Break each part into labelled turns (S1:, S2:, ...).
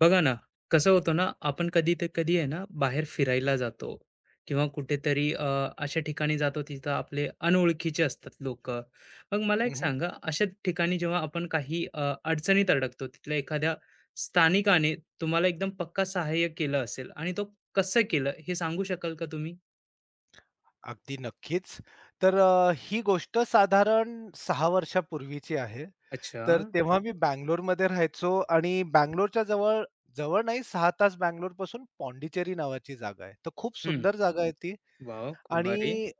S1: बघा ना, कसं होतं ना, आपण कधी ते कधी आहे ना, बाहेर फिरायला जातो किंवा कुठेतरी अशा ठिकाणी जातो तिथं आपले अनोळखीचे असतात लोकं. मग मला
S2: हं,
S1: एक
S2: हं.
S1: सांगा, अशा ठिकाणी जेव्हा आपण काही अडचणीत अडकतो, तिथल्या एखाद्या स्थानिकाने तुम्हाला एकदम पक्का सहाय्य केलं असेल आणि तो कसं केलं हे सांगू शकाल का तुम्ही?
S2: अगदी नक्कीच. तर ही गोष्ट साधारण 6 वर्षापूर्वीची आहे.
S1: अच्छा.
S2: तर तेव्हा मी बंगलोरमध्ये राहायचो आणि बंगलोरच्या जवळ, जवळ नाही 6 तास बंगलोरपासून पॉंडिचेरी नावाची जागा आहे. तर खूप
S1: हं.
S2: सुंदर जागा आहे ती
S1: वॉव! खूप भारी.
S2: आणि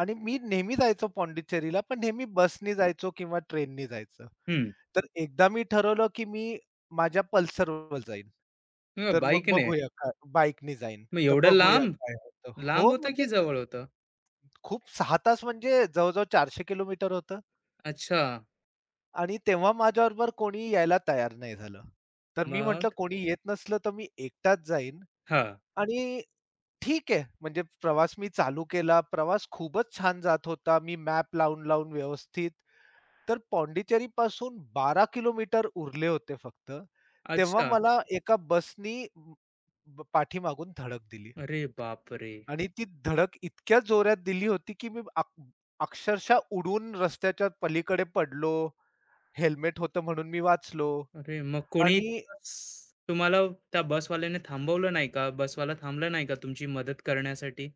S2: आणि मी नेहमी जायचो पॉंडिचेरीला, पण नेहमी बसनी जायचो किंवा ट्रेननी जायचं.
S1: हं.
S2: तर एकदा मी ठरवलं, की मी माझ्या पल्सरवर जाईन. तर मग
S1: बाईकने?
S2: बघूया काय बाईकनी जाईन.
S1: मग
S2: तर
S1: एवढं
S2: बघूया
S1: लांब?
S2: काय होतं.
S1: लांब
S2: हो,
S1: होतं की
S2: म्हणजे
S1: जवळ होतं?
S2: खूप 6 तास म्हणजे जवळ-जवळ 400 किलोमीटर होतं
S1: अच्छा.
S2: आणि तेव्हा माझ्याबरोबर कोणी यायला तयार नाही झालं. तर मी म्हटलं
S1: मग?
S2: कोणी येत नसलं तर मी एकटाच जाईन
S1: हां.
S2: आणि ठीक आहे म्हणजे प्रवास मी चालू केला. प्रवास खूपच छान जात होता. मी मॅप लावून-लावून व्यवस्थित तर पॉंडिचेरीपासून 12 किलोमीटर उरले होते फक्त. तेव्हा
S1: अच्छा.
S2: मला एका बसनी पाठीमागून धडक दिली.
S1: अरे बापरे!
S2: आणि ती धडक इतक्या जोरात दिली होती, की मी अक्षरशः उडून रस्त्याच्या पलीकडे पडलो. हेल्मेट होतं म्हणून मी वाचलो
S1: अरे मग कोणी
S2: आणि
S1: तुम्हाला त्या बसवाल्याने थांबवलं नाही का? बसवाला थांबला नाही का तुमची मदत करण्यासाठी?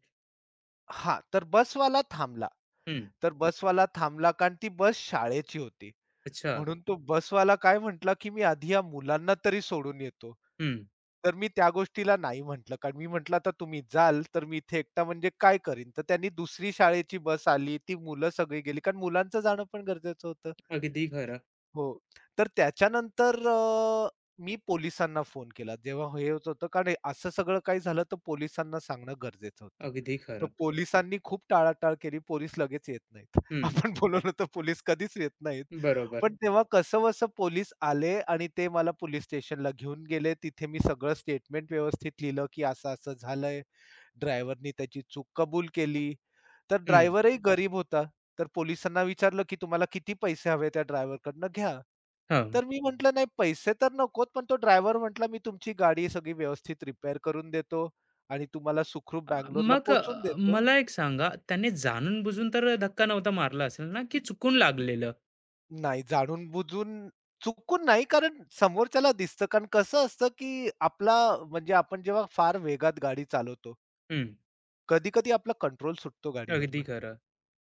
S2: हां, तर बसवाला थांबला.
S1: हं.
S2: तर बसवाला थांबला कारण ती बस शाळेची होती.
S1: अच्छा.
S2: म्हणून तो बसवाला काय म्हटला, की "मी आधी या मुलांना तरी सोडून येतो."
S1: हं.
S2: तर मी त्या गोष्टीला नाही म्हटलं कारण मी म्हटलं, "आता तुम्ही जाल, तर मी इथे एकटा म्हणजे काय करीन?" तर त्यांनी दुसरी शाळेची बस आली. ती मुलं सगळी गेली कारण मुलांचं जाणं पण गरजेचं होतं.
S1: अगदी खरं.
S2: हो. तर त्याच्यानंतर मी पोलिसांना फोन केला. जेव्हा हे होत होतं कारण असं सगळं काही झालं तर पोलिसांना सांगणं गरजेचं होतं.
S1: अगदी
S2: तर
S1: खरं.
S2: पोलिसांनी खूप टाळाटाळ केली. पोलीस लगेच येत नाहीत.
S1: हं.
S2: आपण बोलवलं तर पोलीस कधीच येत नाहीत.
S1: बरोबर.
S2: पण हं. तेव्हा कसंबसं पोलीस आले आणि ते मला पोलीस स्टेशनला घेऊन गेले. तिथे मी सगळं स्टेटमेंट व्यवस्थित लिहिलं, की असं-असं झालंय. ड्रायव्हरनी त्याची चूक कबूल केली. तर
S1: हं.
S2: ड्रायव्हरही गरीब होता. तर पोलिसांना विचारलं, की "तुम्हाला किती पैसे हवे त्या ड्रायव्हरकडनं घ्या."
S1: हां.
S2: तर मी म्हटलं, "नाही पैसे तर नकोत, पण तो ड्रायव्हर म्हटला, "मी तुमची गाडी सगळी व्यवस्थित रिपेअर करून देतो आणि तुम्हाला सुखरूप
S1: अ,
S2: बंगलोरला
S1: मग
S2: पोहोचवून
S1: अ,
S2: देतो."
S1: मला एक सांगा त्याने जाणून-बुजून तर धक्का नव्हता मारला असेल ना, की चुकून लागलेलं?
S2: नाही, जाणून-बुजून चुकून नाही, कारण समोरच्याला दिसतं. कारण कसं असतं, की आपला म्हणजे आपण जेव्हा फार वेगात गाडी चालवतो,
S1: हं.
S2: कधी-कधी आपला कंट्रोल सुटतो
S1: अगदी
S2: गाडीवरनं.
S1: खरं.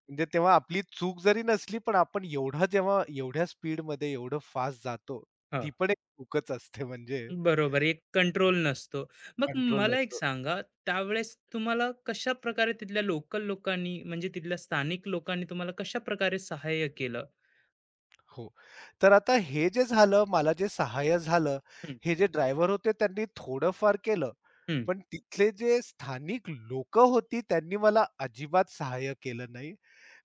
S2: म्हणजे तेव्हा आपली चूक जरी नसली, पण आपण एवढा जेव्हा एवढ्या स्पीडमध्ये एवढं फास्ट जातो,
S1: हां.
S2: ती पण एक चूकच असते म्हणजे
S1: बरोबर, एक कंट्रोल नसतो. मग
S2: कंट्रोल
S1: मला एक
S2: नसतो.
S1: सांगा, त्यावेळेस तुम्हाला कशाप्रकारे तिथल्या लोकल लोकांनी म्हणजे तिथल्या स्थानिक लोकांनी तुम्हाला कशाप्रकारे सहाय्य केलं?
S2: हो. तर आता हे जे झालं, मला जे सहाय्य झालं,
S1: हं.
S2: हे जे ड्रायव्हर होते त्यांनी थोडंफार केलं,
S1: हं.
S2: पण तिथले जे स्थानिक लोकं होती त्यांनी मला अजिबात सहाय्य केलं नाही.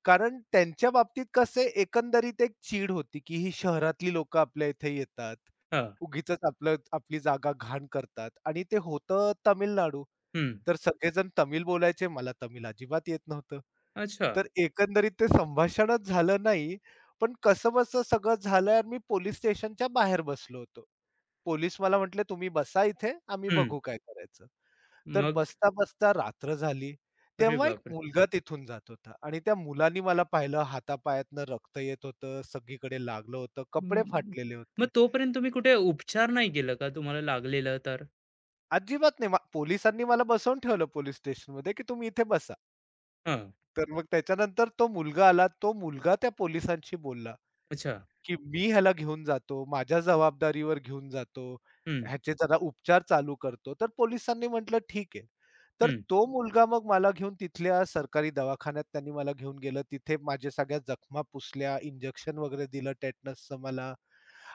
S2: कारण त्यांच्या बाबतीत कसं एकंदरीत एक चीड होती, की ही शहरातली लोकं आपल्या इथे येतात.
S1: हां.
S2: उगीचच आपलं आपली जागा घाण करतात आणि ते होतं तामिळनाडू.
S1: हं.
S2: तर सगळेजण तमिळ बोलायचे. मला तमिळ अजिबात येत नव्हतं.
S1: अच्छा.
S2: तर एकंदरीत ते संभाषणच झालं नाही. पण कसंबसं सगळं झालं आणि मी पोलिस स्टेशनच्या बाहेर बसलो होतो. पोलीस मला म्हटले, "तुम्ही बसा इथे, आम्ही
S1: हं.
S2: बघू काय करायचं." तर
S1: मग
S2: बसता-बसता रात्र झाली.
S1: अरे
S2: तेव्हा एक
S1: बापरे!
S2: मुलगा तिथून जात होता आणि त्या मुलानी मला पाहिलं. हातापायातनं रक्त येत होतं, सगळीकडे लागलं होतं, कपडे
S1: हं.
S2: फाटलेले
S1: मग
S2: होते.
S1: तोपर्यंत तुम्ही कुठे उपचार नाही केलं का तुम्हाला लागलेलं तर?
S2: अजिबात नाही. पोलिसांनी मला बसवून ठेवलं पोलिस स्टेशनमध्ये, की तुम्ही इथे बसा.
S1: हां.
S2: तर मग त्याच्यानंतर तो मुलगा आला. तो मुलगा त्या पोलिसांशी बोलला,
S1: अच्छा.
S2: की "मी ह्याला घेऊन जातो. माझ्या जबाबदारीवर घेऊन जातो.
S1: हं.
S2: ह्याचे जरा उपचार चालू करतो." तर पोलिसांनी म्हटलं, "ठीक आहे." तर
S1: हं.
S2: तो मुलगा मग मला घेऊन तिथल्या सरकारी दवाखान्यात त्यांनी मला घेऊन गेलं. तिथे माझ्या सगळ्या जखमा पुसल्या, इंजेक्शन वगैरे दिलं टेटनसचं मला.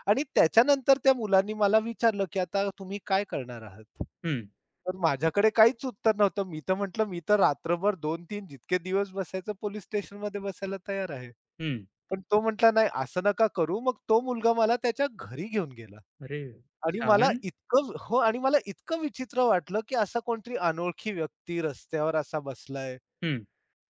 S2: आणि त्याच्यानंतर त्या मुलांनी मला विचारलं, की "आता तुम्ही काय करणार आहात?"
S1: हं.
S2: तर माझ्याकडे काहीच उत्तर नव्हतं. मी तर म्हटलं, "मी तर रात्रभर दोन तीन जितके दिवस बसायचं पोलीस स्टेशनमध्ये बसायला तयार आहे."
S1: हं.
S2: पण तो म्हटला, "नाही, असं नका करू." मग तो मुलगा मला त्याच्या घरी घेऊन गेला.
S1: अरे
S2: आणि मला
S1: छान.
S2: इतकं हो आणि मला इतकं विचित्र वाटलं, की असा कोणतरी अनोळखी व्यक्ती रस्त्यावर असा बसलाय.
S1: हं.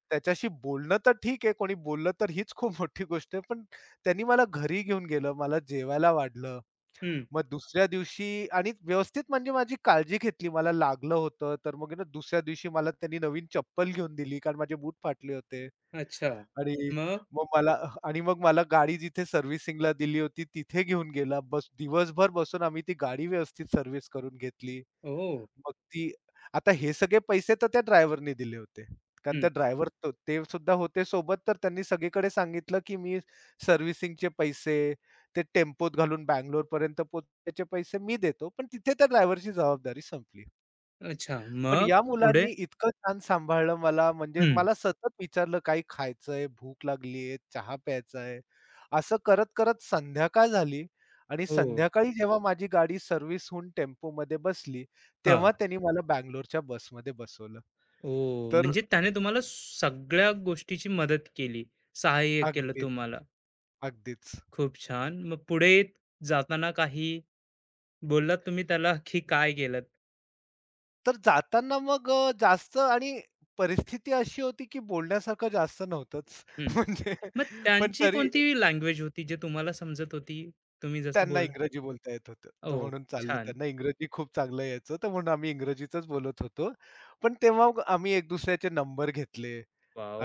S2: त्याच्याशी बोलणं तर ठीक आहे, कोणी बोललं तर हीच खूप मोठी गोष्ट आहे. पण त्यांनी मला घरी घेऊन गेलं, मला जेवायला वाढलं.
S1: हं.
S2: मग दुसऱ्या दिवशी आणि व्यवस्थित म्हणजे माझी काळजी घेतली. मला लागलं होतं, तर मग आहे ना दुसऱ्या दिवशी मला त्यांनी नवीन चप्पल घेऊन दिली, कारण माझे बूट फाटले होते.
S1: अच्छा.
S2: आणि
S1: मग?
S2: मग मला आणि मग मला गाडी जिथे सर्व्हिसिंगला दिली होती, तिथे घेऊन गेला. बस दिवसभर बसून आम्ही ती गाडी व्यवस्थित सर्व्हिस करून घेतली.
S1: ओह!
S2: मग ती आता हे सगळे पैसे तर त्या ड्रायव्हरनी दिले होते. कारण
S1: हं.
S2: त्या ड्रायव्हर त ते सुद्धा होते सोबत, तर त्यांनी सगळीकडे सांगितलं, की मी सर्व्हिसिंगचे पैसे, ते टेम्पोत घालून बंगलोरपर्यंत पोहोचण्याचे पैसे मी देतो. पण तिथे त्या ड्रायव्हरची जबाबदारी संपली.
S1: अच्छा.
S2: पण
S1: मग
S2: या
S1: पुढे?
S2: मुलांनी इतकं छान सांभाळलं मला, म्हणजे
S1: हं.
S2: मला सतत विचारलं, "काही खायचंय? भूक लागलीये? चहा प्यायचा आहे?" असं करत-करत संध्याकाळ झाली आणि
S1: हो.
S2: संध्याकाळी जेव्हा माझी गाडी सर्व्हिस होऊन टेम्पोमध्ये बसली,
S1: हां.
S2: तेव्हा त्यांनी मला बंगलोरच्या बसमध्ये बसवलं.
S1: ओह!
S2: तर
S1: म्हणजे त्याने तुम्हाला सगळ्या गोष्टीची मदत केली. सहाय्य केलं
S2: अगदीच,
S1: तुम्हाला.
S2: अगदीच.
S1: खूप छान. मग पुढे जाताना काही बोललात तुम्ही त्याला, की काय केलंत?
S2: तर जाताना मग जास्त आणि परिस्थिती अशी होती, की बोलण्यासारखं जास्त नव्हतंच.
S1: हं. मग
S2: म्हणजे पण
S1: त्यांची
S2: तरी
S1: कोणती लँग्वेज होती जे तुम्हाला समजत होती? तुम्ही जसं
S2: त्यांना
S1: बोलला
S2: इंग्रजी बोलता येत होतं. तर
S1: ओह!
S2: म्हणून चाललं
S1: छान.
S2: त्यांना इंग्रजी खूप चांगलं यायचं, तर म्हणून आम्ही इंग्रजीतच बोलत होतो. पण तेव्हा मग आम्ही एक दुसऱ्याचे नंबर घेतले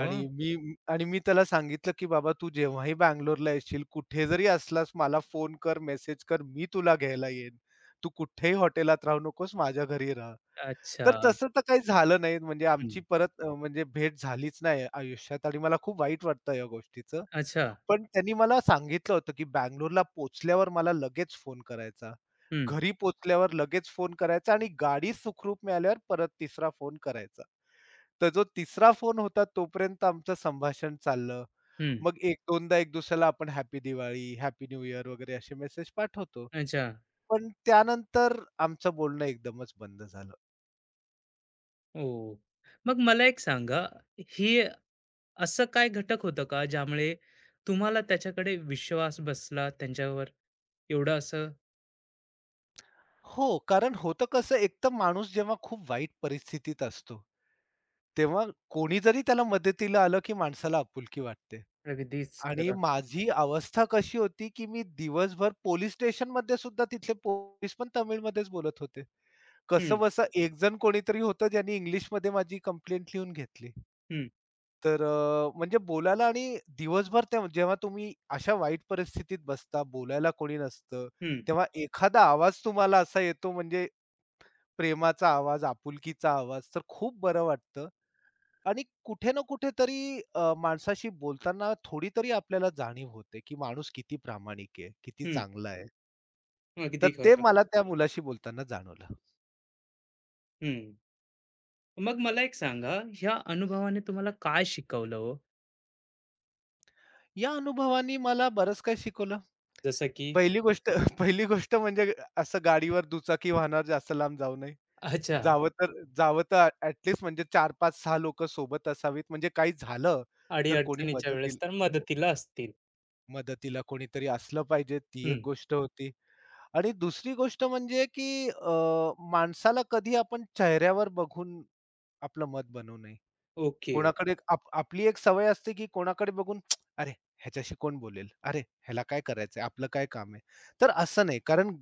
S2: आणि मी त्याला सांगितलं, की "बाबा तू जेव्हाही बंगलोरला येशील, कुठे जरी असलास मला फोन कर, मेसेज कर, मी तुला घ्यायला येईन. तू कुठेही हॉटेलात राहू नकोस, माझ्या घरी राहा."
S1: अच्छा.
S2: तर तसं तर काही झालं नाही. म्हणजे
S1: हं.
S2: आमची परत म्हणजे भेट झालीच नाही आयुष्यात आणि मला खूप वाईट वाटतं या गोष्टीचं.
S1: अच्छा.
S2: पण त्यांनी मला सांगितलं होतं, की बंगलोरला पोहोचल्यावर मला लगेच फोन करायचा.
S1: हं.
S2: घरी पोहोचल्यावर लगेच फोन करायचा आणि गाडी सुखरूप मिळाल्यावर परत तिसरा फोन करायचा. तर जो तिसरा फोन होता तोपर्यंत आमचं संभाषण चाललं.
S1: हं.
S2: मग एक दोनदा एक दुसऱ्याला आपण happy Diwali, happy new year वगैरे असे मेसेज पाठवतो.
S1: अच्छा.
S2: पण त्यानंतर आमचं बोलणं एकदमच बंद झालं.
S1: ओह! मग मला एक सांगा, ही असं काय घटक होतं का ज्यामुळे तुम्हाला त्याच्याकडे विश्वास बसला त्यांच्यावर एवढं असं
S2: हो, कारण होतं कसं, एकतर माणूस जेव्हा खूप वाईट परिस्थितीत असतो, तेव्हा कोणी जरी त्याला मदतीला आलं, की माणसाला आपुलकी वाटते.
S1: अगदीच
S2: आणि
S1: खरं.
S2: माझी अवस्था कशी होती, की मी दिवसभर पोलिस स्टेशनमध्ये सुद्धा तिथले पोलीस पण तमिळमध्येच बोलत होते.
S1: हम्म.
S2: कसंबसं एकजण कोणीतरी होतं, ज्यांनी इंग्लिशमध्ये माझी कंप्लेंट लिहून घेतली.
S1: हम्म.
S2: तर म्हणजे बोलायला आणि दिवसभर ते जेव्हा तुम्ही अशा वाईट परिस्थितीत बसता, बोलायला कोणी नसतं,
S1: हम्म.
S2: तेव्हा एखादा आवाज तुम्हाला असा येतो म्हणजे प्रेमाचा आवाज, आपुलकीचा आवाज तर खूप बरं वाटतं आणि कुठे ना कुठेतरी माणसाशी बोलताना थोडी तरी आपल्याला जाणीव होते, की माणूस किती प्रामाणिक आहे, किती
S1: हम्म.
S2: चांगला आहे. तर
S1: अगदी
S2: ते
S1: खरं.
S2: मला त्या मुलाशी बोलताना जाणवलं.
S1: हम्म. मग मला एक सांगा ह्या अनुभवाने तुम्हाला काय शिकवलं हो
S2: या अनुभवानी मला बरंच काही शिकवलं.
S1: जसं की
S2: पहिली गोष्ट पहिली गोष्ट म्हणजे असं गाडीवर दुचाकी वाहनावर जास्त लांब जाऊ नये.
S1: अच्छा
S2: जावं तर जावं तर म्हणजे 4-5-6 लोकं सोबत असावीत म्हणजे काही झालं
S1: आडी
S2: तर कोणी
S1: अडचणीच्या वेळेस
S2: मदतीला
S1: तर
S2: हो.
S1: मदतीला असतील.
S2: मदतीला कोणीतरी असलं पाहिजे, ती एक
S1: हम्म.
S2: गोष्ट होती. आणि दुसरी गोष्ट म्हणजे की माणसाला कधी आपण चेहऱ्यावर बघून आपलं मत बनवू नये.
S1: ओके.
S2: कोणाकडे आपली एक सवय असते की कोणाकडे बघून "अरे, ह्याच्याशी कोण बोलेल? अरे, ह्याला काय करायचंय? आपलं काय काम आहे?" तर असं नाही. कारण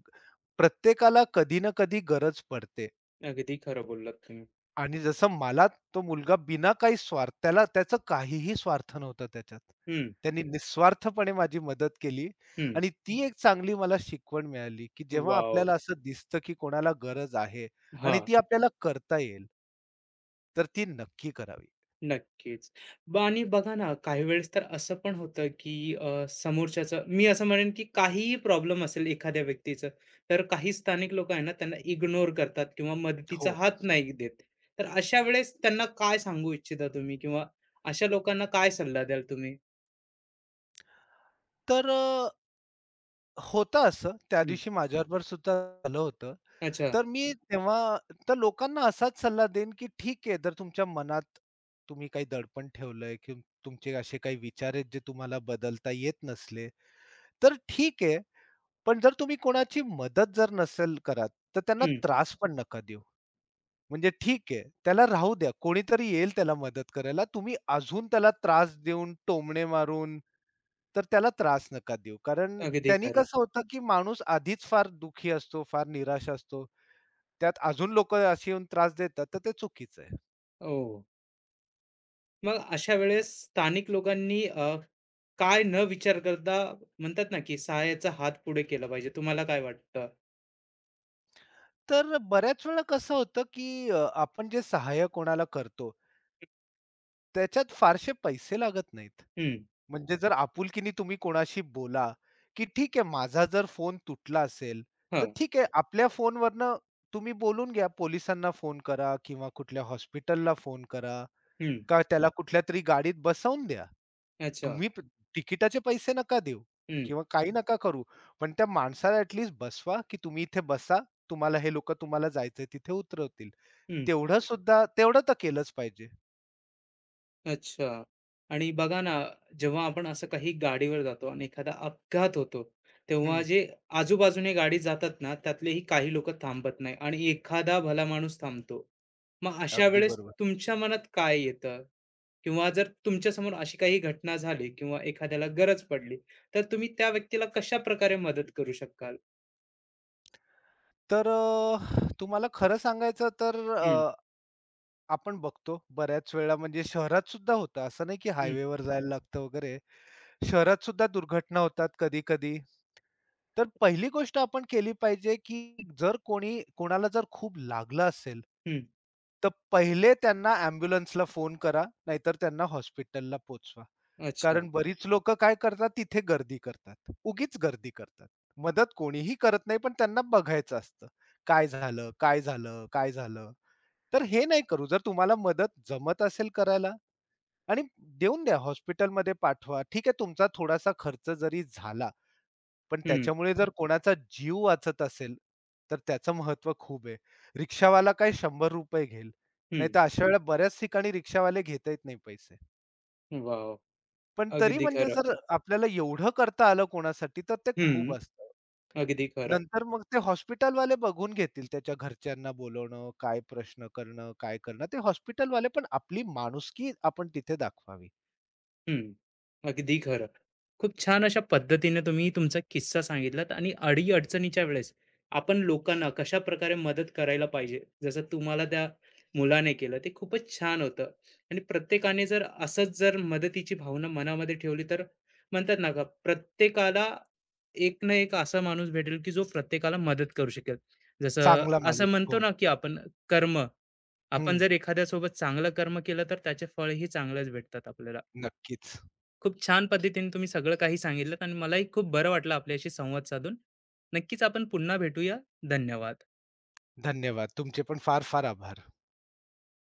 S2: प्रत्येकाला कधी ना कधी गरज पडते.
S1: अगदी खरं बोललात तुम्ही.
S2: आणि जसं मला तो मुलगा बिना काही स्वार्थ त्याला त्याचं काहीही स्वार्थ नव्हता त्याच्यात.
S1: हम्म.
S2: त्यांनी निस्वार्थपणे माझी मदत केली
S1: हम्म.
S2: आणि ती एक चांगली मला शिकवण मिळाली, की जेव्हा
S1: वाव.
S2: आपल्याला असं दिसतं, की कोणाला गरज आहे
S1: हा.
S2: आणि ती आपल्याला करता येईल, तर ती नक्की करावी.
S1: नक्कीच. आणि बघा ना, काही वेळेस तर असं पण होतं, की समोरच्याचं मी असं म्हणेन, की काहीही प्रॉब्लेम असेल एखाद्या व्यक्तीचं, तर काही स्थानिक लोकं आहे ना, त्यांना इग्नोर करतात किंवा मदतीचा
S2: हो.
S1: हात नाही देत. तर अशा वेळेस त्यांना काय सांगू इच्छिता तुम्ही? किंवा अशा लोकांना काय सल्ला द्याल तुम्ही?
S2: तर होतं असं. त्या
S1: हं.
S2: दिवशी माझ्याबरोबर सुद्धा झालं होतं.
S1: अच्छा.
S2: तर मी तेव्हा तर लोकांना असाच सल्ला देईन, की ठीक आहे जर तुमच्या मनात तुम्ही काही दडपण ठेवलंय, की तुमचे असे काही विचार आहेत जे तुम्हाला बदलता येत नसले, तर ठीक आहे. पण जर तुम्ही कोणाची मदत जर नसेल करत, तर त्यांना
S1: हं.
S2: त्रास पण नका देऊ. म्हणजे ठीक आहे, त्याला राहू द्या. कोणीतरी येईल त्याला मदत करायला. तुम्ही अजून त्याला त्रास देऊन, टोमणे मारून, तर त्याला त्रास नका देऊ. कारण
S1: अगदी
S2: त्यांनी
S1: खरं.
S2: कसं होतं, की माणूस आधीच फार दुःखी असतो, फार निराश असतो. त्यात अजून लोकं अशी येऊन त्रास देतात, तर ते चुकीचं आहे.
S1: हो. मग अशा वेळेस स्थानिक लोकांनी काय न विचार करता म्हणतात ना, की सहाय्याचा हात पुढे केला पाहिजे. तुम्हाला काय वाटतं?
S2: तर बऱ्याच वेळा कसं होतं, की आपण जे सहाय्य कोणाला करतो, त्याच्यात फारसे पैसे लागत नाहीत.
S1: हं.
S2: म्हणजे जर आपुलकीने तुम्ही कोणाशी बोला, की ठीक आहे माझा जर फोन तुटला असेल, तर
S1: हां.
S2: ठीक आहे आपल्या फोनवरनं तुम्ही बोलून घ्या. पोलिसांना फोन करा किंवा कुठल्या हॉस्पिटलला फोन करा
S1: हं.
S2: का त्याला कुठल्यातरी गाडीत बसवून द्या.
S1: अच्छा.
S2: तुम्ही प तिकिटाचे पैसे नका देऊ
S1: हं.
S2: किंवा काही नका करू. पण त्या माणसाला ॲट बसवा, की तुम्ही इथे बसा. तुम्हाला हे लोकं तुम्हाला जायचंय तिथे उतरवतील.
S1: हं.
S2: तेवढं तर केलंच पाहिजे.
S1: अच्छा आणि बघा ना, जेव्हा आपण असं काही गाडीवर जातो आणि एखादा अपघात होतो, तेव्हा
S2: हं,
S1: जे आजूबाजूने गाडी जातात ना, त्यातलेही काही लोकं थांबत नाही आणि एखादा भला माणूस थांबतो. मग अशा
S2: अगदी
S1: वेळेस
S2: बरोबर.
S1: तुमच्या मनात काय येतं? किंवा जर तुमच्यासमोर अशी काही घटना झाली किंवा एखाद्याला गरज पडली, तर तुम्ही त्या व्यक्तीला कशाप्रकारे मदत करू शकाल?
S2: तर तुम्हाला खरं सांगायचं तर
S1: हं.
S2: आपण बघतो बऱ्याच वेळा म्हणजे शहरात सुद्धा होतं. असं नाही की
S1: हं.
S2: हायवेवर जायला लागतं वगैरे. शहरात सुद्धा दुर्घटना होतात कधी-कधी. तर पहिली गोष्ट आपण केली पाहिजे, की जर कोणी कोणाला जर खूप लागलं असेल,
S1: हं.
S2: तर पहिले त्यांना ॲम्ब्युलन्सला फोन करा, नाहीतर त्यांना हॉस्पिटलला पोहोचवा.
S1: अच्छा.
S2: कारण बरीच लोक काय करतात, तिथे गर्दी करतात. उगीच गर्दी करतात. मदत कोणीही करत नाही, पण त्यांना बघायचं असतं. काय झालं? काय झालं? काय झालं? तर हे नाही करू. जर तुम्हाला मदत जमत असेल करायला आणि देऊन द्या, हॉस्पिटलमध्ये पाठवा. ठीक आहे, तुमचा थोडासा खर्च जरी झाला पण
S1: हं.
S2: त्याच्यामुळे जर कोणाचा जीव वाचत असेल, तर त्याचं महत्त्व खूप आहे. रिक्षावाला काय ₹100 घेईल.
S1: हं.
S2: नाहीतर अशा हं. वेळेला बऱ्याच ठिकाणी रिक्षावाले घेता येत नाही पैसे.
S1: वॉव!
S2: पण तरी
S1: अगदी
S2: म्हणजे
S1: खरं.
S2: जर आपल्याला एवढं करता आलं कोणासाठी तर ते
S1: हं.
S2: खूप असतं.
S1: अगदी खरं.
S2: नंतर मग ते हॉस्पिटलवाले बघून घेतील त्याच्या घरच्यांना बोलवणं, काय प्रश्न करणं, काय करणं ते हॉस्पिटलवाले पण आपली माणुसकी आपण तिथे दाखवावी.
S1: हं. अगदी खरं. खूप छान अशा पद्धतीने तुम्ही तुमचा किस्सा सांगितलात आणि अडीअडचणीच्या वेळेस आपण लोकांना कशा प्रकारे मदत करायला पाहिजे जसं तुम्हाला त्या मुलाने केलं ते खूपच छान होतं आणि प्रत्येकाने जर असंच जर मदतीची भावना मनामध्ये ठेवली तर म्हणतात ना का प्रत्येकाला एक ना एक असा माणूस भेटेल की जो प्रत्येकाला मदत करू शकेल जसं
S2: चांगला माणूस.
S1: असं म्हणतो
S2: हो.
S1: ना की आपण कर्म आपण
S2: हं.
S1: जर एखाद्यासोबत चांगलं कर्म केलं तर त्याचे फळही चांगलंच भेटतात आपल्याला.
S2: नक्कीच.
S1: खूप छान पद्धतीने तुम्ही सगळं काही सांगितलं आणि मलाही खूप बरं वाटलं आपल्याशी संवाद साधून. नक्कीच आपण पुन्हा भेटूया. धन्यवाद.
S2: धन्यवाद. तुमचे पण फार-फार आभार.